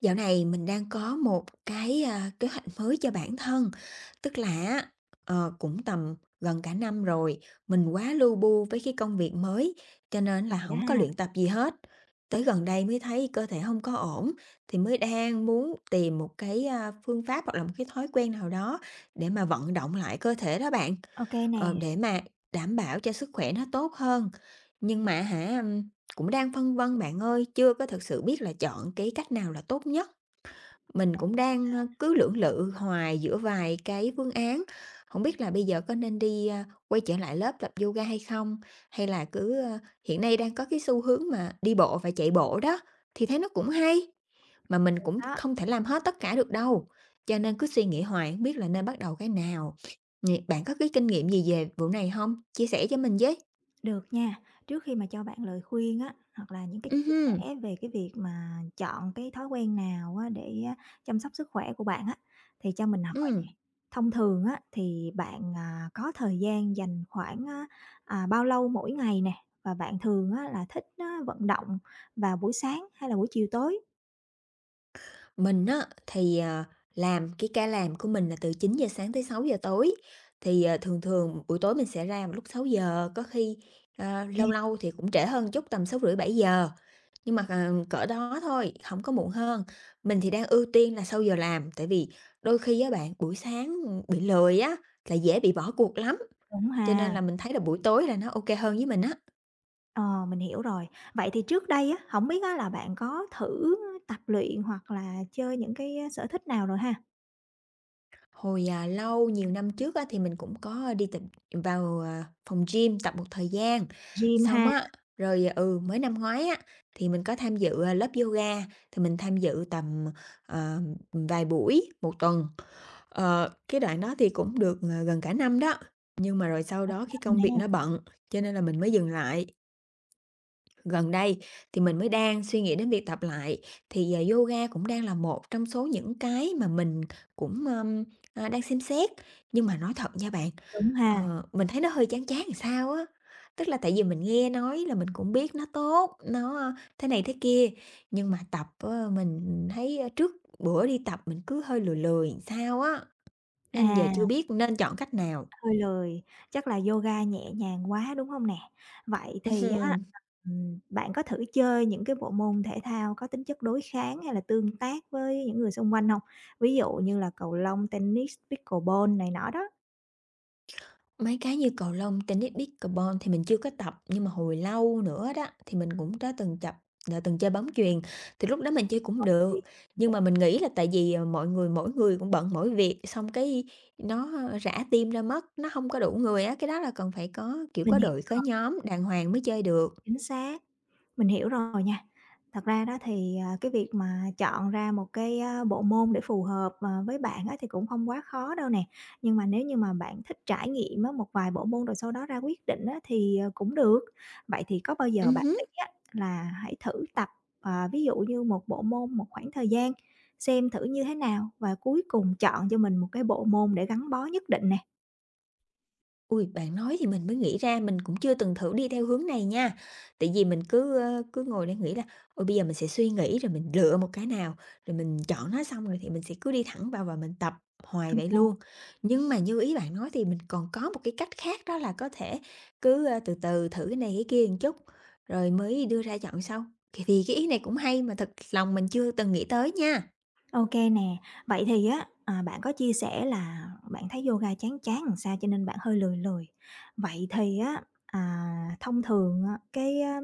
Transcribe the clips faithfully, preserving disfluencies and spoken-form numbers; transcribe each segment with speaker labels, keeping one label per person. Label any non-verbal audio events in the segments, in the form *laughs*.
Speaker 1: Dạo này mình đang có một cái, a, kế hoạch mới cho bản thân, tức là ờ, cũng tầm gần cả năm rồi, mình quá lu bu với cái công việc mới, cho nên
Speaker 2: Vậy
Speaker 1: là
Speaker 2: đó
Speaker 1: không
Speaker 2: ha,
Speaker 1: có luyện tập gì hết. Tới gần đây mới thấy cơ thể không có ổn, thì mới đang muốn tìm một cái, a, phương pháp hoặc là một cái thói quen nào đó để mà vận động lại cơ thể đó bạn,
Speaker 2: ok nè,
Speaker 1: ờ, để mà đảm bảo cho sức khỏe nó tốt hơn. Nhưng mà hả, ừm, cũng đang phân vân bạn ơi, chưa có thực sự biết là chọn cái cách nào là tốt nhất. Mình cũng đang, ơ, cứ lưỡng lự hoài giữa vài cái phương án, không biết là bây giờ có nên đi, a, quay trở lại lớp tập yoga hay không? Hay là cứ, ơ hiện nay đang có cái xu hướng mà đi bộ và chạy bộ đó, thì thấy nó cũng hay, mà mình cũng
Speaker 2: đó,
Speaker 1: không thể làm hết tất cả được đâu, cho nên cứ suy nghĩ hoài hổng biết là nên bắt đầu cái nào. Nh bạn có cái kinh nghiệm gì về vụ này không? Chia sẻ cho mình với.
Speaker 2: được nha. Trước khi mà cho bạn lời khuyên á, hoặc là những cái
Speaker 1: Ừm
Speaker 2: chia
Speaker 1: hưm,
Speaker 2: sẻ về cái việc mà chọn cái thói quen nào á để á chăm sóc sức khỏe của bạn á, thì cho mình hỏi
Speaker 1: ừm.
Speaker 2: thông thường á thì bạn, à, có thời gian dành khoảng á, à, bao lâu mỗi ngày nè? Và bạn thường á là thích á vận động vào buổi sáng hay là buổi chiều tối?
Speaker 1: Mình á, thì, à, làm cái ca làm của mình là từ chín giờ sáng tới sáu giờ tối, thì, ờ, thường thường buổi tối mình sẽ ra vào lúc sáu giờ có khi, ờ,
Speaker 2: Ô
Speaker 1: lâu lâu thì cũng trễ hơn chút, tầm sáu rưỡi bảy giờ nhưng mà, ờ, cỡ đó thôi, không có muộn hơn. Mình thì đang ưu tiên là sau giờ làm, tại vì đôi khi á bạn, buổi sáng, bị lười á, là dễ bị bỏ cuộc lắm,
Speaker 2: đúng
Speaker 1: cho nên
Speaker 2: ha.
Speaker 1: là mình thấy là buổi tối là nó ok hơn với mình á.
Speaker 2: Ờ, mình hiểu rồi. Vậy thì trước đây á, không biết á là bạn có thử tập luyện hoặc là chơi những cái, sở thích nào rồi ha?
Speaker 1: Hồi, à, lâu, nhiều năm trước á, thì mình cũng có ờ, đi tập vào, à, phòng gym tập một thời gian.
Speaker 2: Gym
Speaker 1: Xong
Speaker 2: ha,
Speaker 1: á, rồi, ờ, ừ, mới năm ngoái á, thì mình có tham dự, à, lớp yoga, thì mình tham dự tầm, ờ, vài buổi một tuần. Ờ, cái đoạn đó thì cũng được, ờ, gần cả năm đó, nhưng mà rồi sau đó khi công
Speaker 2: nè,
Speaker 1: việc nó bận, cho nên là mình mới dừng lại. Gần đây thì mình mới đang suy nghĩ đến việc tập lại thì à, yoga cũng đang là một trong số những cái mà mình cũng um, à, đang xem xét, nhưng mà nói thật nha bạn,
Speaker 2: đúng ha?
Speaker 1: ờ, mình thấy nó hơi chán chán làm sao á, tức là tại vì mình nghe nói là mình cũng biết nó tốt, nó ờ, thế này thế kia, nhưng mà tập ờ, mình thấy ờ, trước bữa đi tập mình cứ hơi lười lười làm sao á, nên giờ chưa
Speaker 2: À,
Speaker 1: biết nên chọn cách nào.
Speaker 2: hơi lười, chắc là yoga nhẹ nhàng quá, đúng không nè? Vậy thì á,
Speaker 1: *laughs*
Speaker 2: ừm, bạn có thử chơi những cái bộ môn thể thao có tính chất đối kháng hay là tương tác với những người xung quanh không? Ví dụ như là cầu lông, tennis, pickleball này nọ đó.
Speaker 1: Mấy cái như cầu lông, tennis, pickleball thì mình chưa có tập, nhưng mà hồi lâu nữa đó thì mình cũng đã từng tập đã từng chơi bóng chuyền, thì lúc đó mình chơi cũng được.
Speaker 2: Chuyện-
Speaker 1: Nhưng mà mình nghĩ là tại vì, ờ, mọi người mỗi người cũng bận mỗi việc, xong cái nó ờ, rã team ra mất, nó không có đủ người á, cái đó là cần phải có, kiểu,
Speaker 2: Mình
Speaker 1: có đội
Speaker 2: hiểu,
Speaker 1: có nhóm đàng hoàng mới chơi được.
Speaker 2: chính xác. Mình hiểu rồi nha. Thật ra đó thì, à, cái việc mà chọn ra một cái, a, bộ môn để phù hợp, ờ, với bạn á thì cũng không quá khó đâu nè. Nhưng mà nếu như mà bạn thích trải nghiệm á, một vài bộ môn rồi sau đó ra quyết định á thì, ờ, cũng được. Vậy thì có bao giờ
Speaker 1: Ừm
Speaker 2: bạn nghĩ
Speaker 1: hứm.
Speaker 2: á là hãy thử tập, ờ, ví dụ như một bộ môn một khoảng thời gian, xem thử như thế nào và cuối cùng chọn cho mình một cái bộ môn để gắn bó nhất định nè?
Speaker 1: Ui, bạn nói thì mình mới nghĩ ra, mình cũng chưa từng thử đi theo hướng này nha. Tại vì mình cứ, ơ, cứ ngồi để nghĩ là "Ôi, bây giờ mình sẽ suy nghĩ rồi mình lựa một cái nào, rồi mình chọn nó xong rồi thì mình sẽ cứ đi thẳng vào và mình tập hoài vậy luôn." Nhưng mà như ý bạn nói thì mình còn có một cái cách khác, đó là có thể cứ, ơ, từ từ thử cái này cái kia một chút, rồi mới đưa ra chọn sau. Thì thì cái ý này cũng hay, mà thật lòng mình chưa từng nghĩ tới nha.
Speaker 2: OK nè. Vậy thì á, à, bạn có chia sẻ là bạn thấy yoga chán chán làm sao cho nên bạn hơi lười lười. Vậy thì á, à, thông thường, à, cái, a,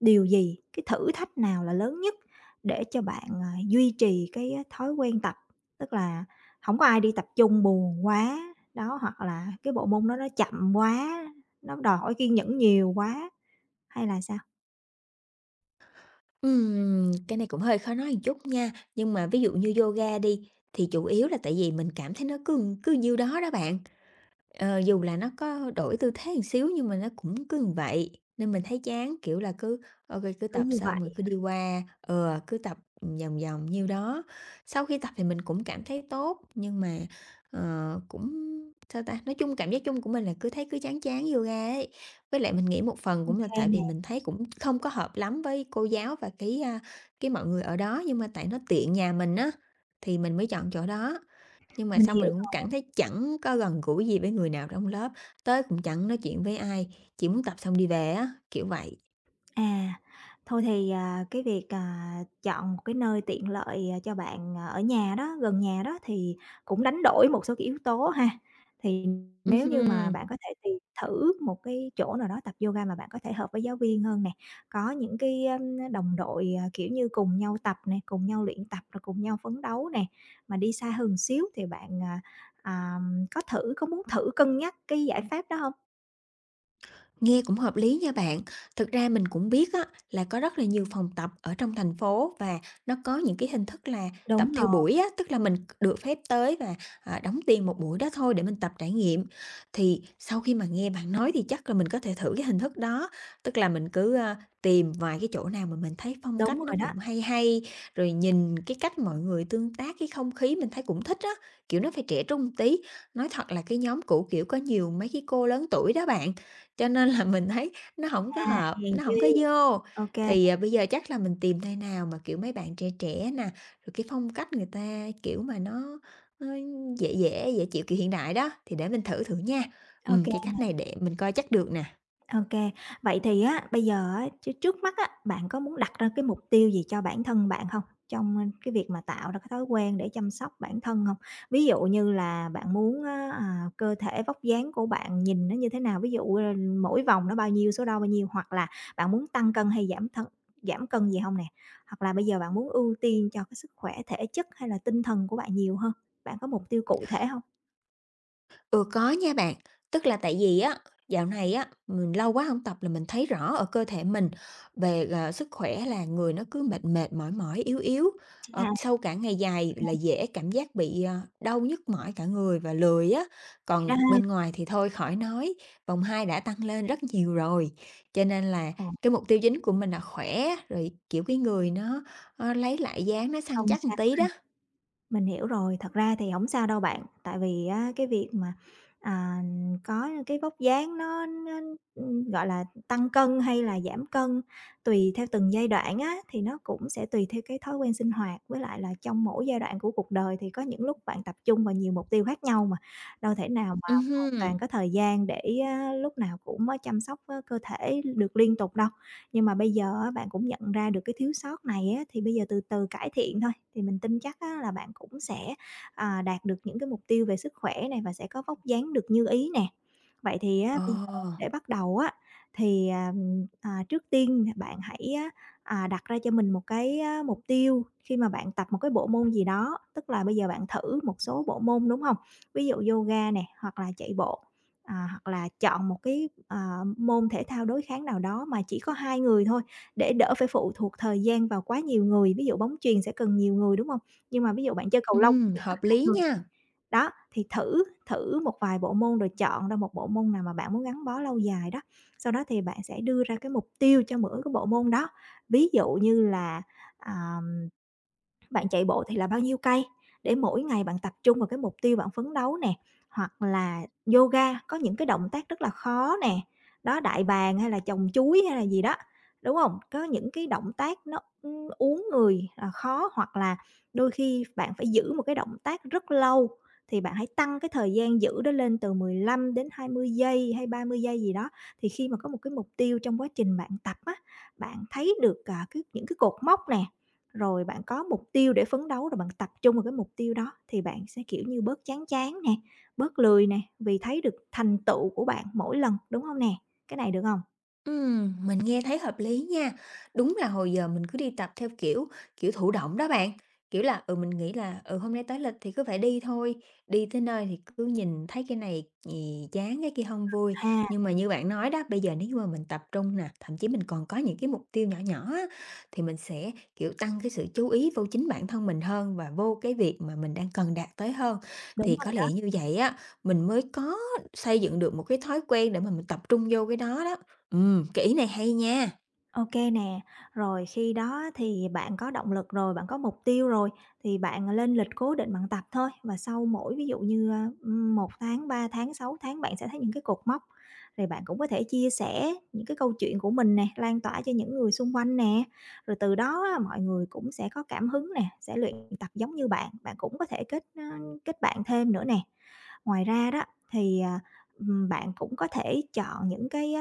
Speaker 2: điều gì, cái thử thách nào là lớn nhất để cho bạn, à, duy trì cái, á, thói quen tập? Tức là không có ai đi tập chung buồn quá, đó, hoặc là cái bộ môn đó nó chậm quá, nó đòi hỏi kiên nhẫn nhiều quá hay là sao?
Speaker 1: Ừm, cái này cũng hơi khó nói một chút nha, nhưng mà ví dụ như yoga đi, thì chủ yếu là tại vì mình cảm thấy nó cứ cứ nhiêu đó đó bạn. Ờ, dù là nó có đổi tư thế một xíu nhưng mà nó cũng cứ như vậy, nên mình thấy chán, kiểu là, cứ ô cứ
Speaker 2: Cứ
Speaker 1: tập
Speaker 2: như vậy,
Speaker 1: xong rồi cứ
Speaker 2: ô
Speaker 1: đi qua, ừ, cứ tập vòng vòng nhiêu đó. Sau khi tập thì mình cũng cảm thấy tốt, nhưng mà, ờ, cũng, sao ta, nói chung cảm giác chung của mình là cứ thấy cứ chán chán yoga ấy. Với lại mình nghĩ một phần cũng là tại
Speaker 2: nè,
Speaker 1: vì mình thấy cũng không có hợp lắm với cô giáo và cái, a, cái mọi người ở đó, nhưng mà tại nó tiện nhà mình á, thì mình mới chọn chỗ đó. Nhưng mà
Speaker 2: mình
Speaker 1: xong
Speaker 2: hiểu.
Speaker 1: mình cũng cảm thấy chẳng có gần gũi gì với người nào trong lớp, tới cũng chẳng nói chuyện với ai, chỉ muốn tập xong đi về á, kiểu vậy.
Speaker 2: À, thôi thì, à, cái việc, à, chọn một cái nơi tiện lợi, à, cho bạn, à, ở nhà đó, gần nhà đó thì cũng đánh đổi một số cái yếu tố ha. Thì
Speaker 1: Ừm
Speaker 2: nếu như mà
Speaker 1: hưm.
Speaker 2: bạn có thể tìm thử một cái chỗ nào đó tập yoga mà bạn có thể hợp với giáo viên hơn nè, có những cái, ưm, đồng đội, à, kiểu như, cùng nhau tập nè, cùng nhau luyện tập rồi cùng nhau phấn đấu nè. Mà đi xa hơn xíu thì bạn, à, à, có thử có muốn thử cân nhắc cái giải pháp đó không?
Speaker 1: Nghe cũng hợp lý nha bạn. Thực ra mình cũng biết á, là có rất là nhiều phòng tập ở trong thành phố và nó có những cái hình thức là tập
Speaker 2: Đúng
Speaker 1: theo
Speaker 2: rồi,
Speaker 1: buổi á, tức là mình được phép tới và, à, đóng tiền một buổi đó thôi để mình tập trải nghiệm. Thì sau khi mà nghe bạn nói thì chắc là mình có thể thử cái hình thức đó, tức là mình cứ, a, tìm vài cái chỗ nào mà mình thấy phong
Speaker 2: đúng
Speaker 1: cách nó
Speaker 2: rồi đó.
Speaker 1: cũng hay hay, rồi nhìn cái cách mọi người tương tác, cái không khí mình thấy cũng thích á, kiểu, nó phải trẻ trung tí. Nói thật là cái nhóm cũ, kiểu, có nhiều mấy cái cô lớn tuổi đó bạn, cho nên là mình thấy nó không có
Speaker 2: À,
Speaker 1: hợp,
Speaker 2: hèn
Speaker 1: nó không
Speaker 2: chi.
Speaker 1: có vô.
Speaker 2: OK.
Speaker 1: Thì, à, bây giờ chắc là mình tìm nơi nào mà, kiểu, mấy bạn trẻ trẻ nè, rồi cái phong cách người ta, kiểu, mà nó nó dễ dễ, dễ chịu, kiểu, hiện đại đó, thì để mình thử thử nha. Ừm,
Speaker 2: OK
Speaker 1: cái
Speaker 2: OK.
Speaker 1: cách này để mình coi chắc được nè.
Speaker 2: Vậy thì á, bây giờ á, chứ trước mắt á, bạn có muốn đặt ra cái mục tiêu gì cho bản thân bạn không? Trong, cái việc mà tạo ra cái thói quen để chăm sóc bản thân không? Ví dụ như là bạn muốn á, à, cơ thể vóc dáng của bạn nhìn nó như thế nào? Ví dụ, ờ, mỗi vòng nó bao nhiêu, số đo bao nhiêu? Hoặc là bạn muốn tăng cân hay giảm thân giảm cân gì không nè? Hoặc là bây giờ bạn muốn ưu tiên cho cái sức khỏe thể chất hay là tinh thần của bạn nhiều hơn? Bạn có mục tiêu cụ thể hông?
Speaker 1: Ừ, có nha bạn. Tức là tại vì á, dạo này á, mình lâu quá không tập là mình thấy rõ ở cơ thể mình về, ờ, sức khỏe là người nó cứ mệt mệt, mỏi mỏi, yếu yếu.
Speaker 2: Chà,
Speaker 1: Ờ, sau cả ngày dài là dễ cảm giác bị, ờ, đau nhức mỏi cả người và lười á.
Speaker 2: vậy
Speaker 1: Còn
Speaker 2: đó ha.
Speaker 1: bên ngoài thì thôi khỏi nói, vòng hai đã tăng lên rất nhiều rồi. Cho nên là
Speaker 2: Ồ,
Speaker 1: cái mục tiêu chính của mình là khỏe, rồi, kiểu, cái người nó, ơ, lấy lại dáng, nó săn
Speaker 2: không
Speaker 1: chắc một
Speaker 2: sao.
Speaker 1: tí đó.
Speaker 2: Mình hiểu rồi, thật ra thì không sao đâu bạn, tại vì á cái việc mà, à, có cái vóc dáng nó nó, ừ, gọi là, tăng cân hay là giảm cân tùy theo từng giai đoạn á, thì nó cũng sẽ tùy theo cái thói quen sinh hoạt, với lại là trong mỗi giai đoạn của cuộc đời thì có những lúc bạn tập trung vào nhiều mục tiêu khác nhau mà, đâu thể nào mà
Speaker 1: Ừm
Speaker 2: hoàn toàn
Speaker 1: hưm.
Speaker 2: có thời gian để á lúc nào cũng á chăm sóc á cơ thể được liên tục đâu. Nhưng mà bây giờ á, bạn cũng nhận ra được cái thiếu sót này á, thì bây giờ từ từ cải thiện thôi, thì mình tin chắc á, là bạn cũng sẽ, à, đạt được những cái mục tiêu về sức khỏe này và sẽ có vóc dáng được như ý nè. Vậy thì á,
Speaker 1: Ờ,
Speaker 2: bây giờ để bắt đầu á, thì, à, à, trước tiên bạn hãy á, à, đặt ra cho mình một cái á, mục tiêu khi mà bạn tập một cái bộ môn gì đó, tức là bây giờ bạn thử một số bộ môn, đúng không? Ví dụ yoga nè, hoặc là chạy bộ. À, hoặc là chọn một cái, ờ, môn thể thao đối kháng nào đó mà chỉ có hai người thôi, để đỡ phải phụ thuộc thời gian vào quá nhiều người, ví dụ bóng chuyền sẽ cần nhiều người, đúng không? Nhưng mà ví dụ bạn chơi cầu lông
Speaker 1: ừm,
Speaker 2: chỉ có
Speaker 1: hợp
Speaker 2: hai
Speaker 1: lý
Speaker 2: người.
Speaker 1: nha.
Speaker 2: Đó, thì thử thử một vài bộ môn rồi chọn ra một bộ môn nào mà bạn muốn gắn bó lâu dài đó, sau đó thì bạn sẽ đưa ra cái mục tiêu cho mỗi cái bộ môn đó. Ví dụ như là, à bạn chạy bộ thì là bao nhiêu cây để mỗi ngày bạn tập trung vào cái mục tiêu bạn phấn đấu nè, hoặc là yoga có những cái động tác rất là khó nè, đó, đại bàng hay là chồng chuối hay là gì đó, đúng không? Có những cái động tác nó, ưm, uốn người, à, khó hoặc là đôi khi bạn phải giữ một cái động tác rất lâu, thì bạn hãy tăng cái thời gian giữ đó lên từ mười lăm đến hai mươi giây hay ba mươi giây gì đó. Thì khi mà có một cái mục tiêu trong quá trình bạn tập á, bạn thấy được, à, cái những cái cột mốc nè, rồi bạn có mục tiêu để phấn đấu, rồi bạn tập trung vào cái mục tiêu đó thì bạn sẽ, kiểu như, bớt chán chán nè, bớt lười nè, vì thấy được thành tựu của bạn mỗi lần, đúng không nè? Cái này được không?
Speaker 1: Ừm, mình nghe thấy hợp lý nha. Đúng là hồi giờ mình cứ đi tập theo kiểu kiểu thụ động đó bạn. Kiểu là, ừ, mình nghĩ là, ừ, hôm nay tới lịch thì cứ phải đi thôi, đi tới nơi thì cứ nhìn thấy cái này gì chán, cái kia không vui.
Speaker 2: À,
Speaker 1: Nhưng mà như bạn nói đó, bây giờ nếu như mà mình tập trung nè, thậm chí mình còn có những cái mục tiêu nhỏ nhỏ á, thì mình sẽ, kiểu, tăng cái sự chú ý vô chính bản thân mình hơn và vô cái việc mà mình đang cần đạt tới hơn.
Speaker 2: đúng
Speaker 1: Thì có
Speaker 2: rồi.
Speaker 1: lẽ như vậy á, mình mới có xây dựng được một cái thói quen để mà mình tập trung vô cái đó đó. Ừm, cái ý này hay nha.
Speaker 2: OK nè, rồi khi đó thì bạn có động lực rồi, bạn có mục tiêu rồi thì bạn lên lịch cố định bạn tập thôi và sau mỗi ví dụ như, a, ừm, tháng, ba tháng, sáu tháng bạn sẽ thấy những cái cột mốc. Rồi bạn cũng có thể chia sẻ những cái câu chuyện của mình nè, lan tỏa cho những người xung quanh nè, rồi từ đó á mọi người cũng sẽ có cảm hứng nè, sẽ luyện tập giống như bạn, bạn cũng có thể kết, ơ, kết bạn thêm nữa nè. Ngoài ra đó thì, à, ừm, bạn cũng có thể chọn những cái,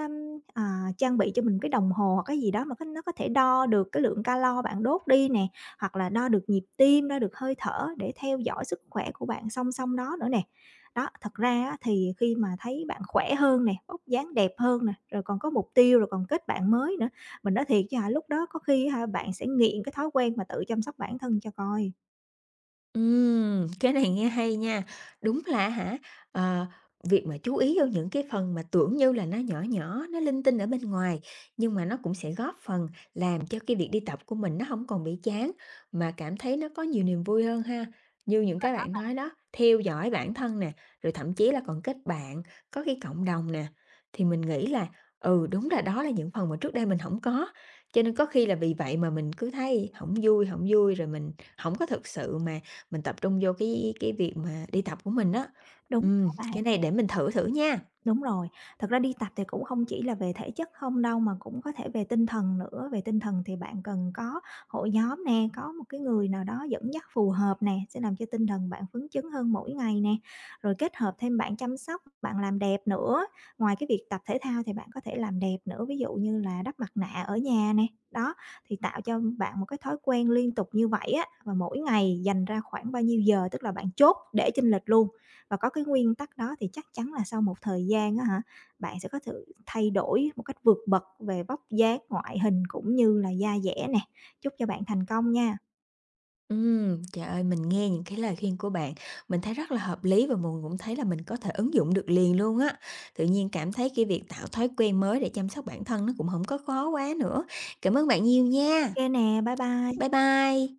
Speaker 2: À, trang bị cho mình cái đồng hồ hoặc cái gì đó mà cái nó có thể đo được cái lượng calo bạn đốt đi nè, hoặc là đo được nhịp tim, đo được hơi thở để theo dõi sức khỏe của bạn song song đó nữa nè. Đó, thật ra á thì khi mà thấy bạn khỏe hơn nè, vóc dáng đẹp hơn nè, rồi còn có mục tiêu, rồi còn kết bạn mới nữa, mình nói thiệt chứ hả, lúc đó có khi á hả, bạn sẽ nghiện cái thói quen mà tự chăm sóc bản thân cho coi.
Speaker 1: Ừm, cái này nghe hay nha. Đúng là hả, ờ, việc mà chú ý vô những cái phần mà tưởng như là nó nhỏ nhỏ, nó linh tinh ở bên ngoài, nhưng mà nó cũng sẽ góp phần làm cho cái việc đi tập của mình nó không còn bị chán, mà cảm thấy nó có nhiều niềm vui hơn ha. Như những cái bạn nói đó, theo dõi bản thân nè, rồi thậm chí là còn kết bạn, có cái cộng đồng nè, thì mình nghĩ là, ừ, đúng là đó là những phần mà trước đây mình không có, cho nên có khi là vì vậy mà mình cứ thấy không vui, không vui, rồi mình không có thực sự mà mình tập trung vô cái cái việc mà đi tập của mình á.
Speaker 2: Đúng rồi
Speaker 1: Ừm,
Speaker 2: đó bạn.
Speaker 1: cái này để mình thử thử nha.
Speaker 2: Đúng rồi, thật ra đi tập thì cũng không chỉ là về thể chất không đâu mà cũng có thể về tinh thần nữa, về tinh thần thì bạn cần có hội nhóm nè, có một cái người nào đó dẫn dắt phù hợp nè, sẽ làm cho tinh thần bạn phấn chấn hơn mỗi ngày nè. Rồi kết hợp thêm bạn chăm sóc, bạn làm đẹp nữa, ngoài cái việc tập thể thao thì bạn có thể làm đẹp nữa, ví dụ như là đắp mặt nạ ở nhà nè, đó, thì tạo cho bạn một cái thói quen liên tục như vậy á, và mỗi ngày dành ra khoảng bao nhiêu giờ, tức là bạn chốt để chênh lệch luôn và có cái nguyên tắc đó thì chắc chắn là sau một thời gian á hả, bạn sẽ có thể thay đổi một cách vượt bậc về vóc dáng, ngoại hình cũng như là da dẻ nè. Chúc cho bạn thành công nha.
Speaker 1: Ừm, trời ơi, mình nghe những cái lời khuyên của bạn, mình thấy rất là hợp lý và mình cũng thấy là mình có thể ứng dụng được liền luôn á. Tự nhiên cảm thấy cái việc tạo thói quen mới để chăm sóc bản thân nó cũng không có khó quá nữa. Cảm ơn bạn nhiều
Speaker 2: Ok
Speaker 1: nha.
Speaker 2: nè, bye
Speaker 1: Bye
Speaker 2: bye.
Speaker 1: bye.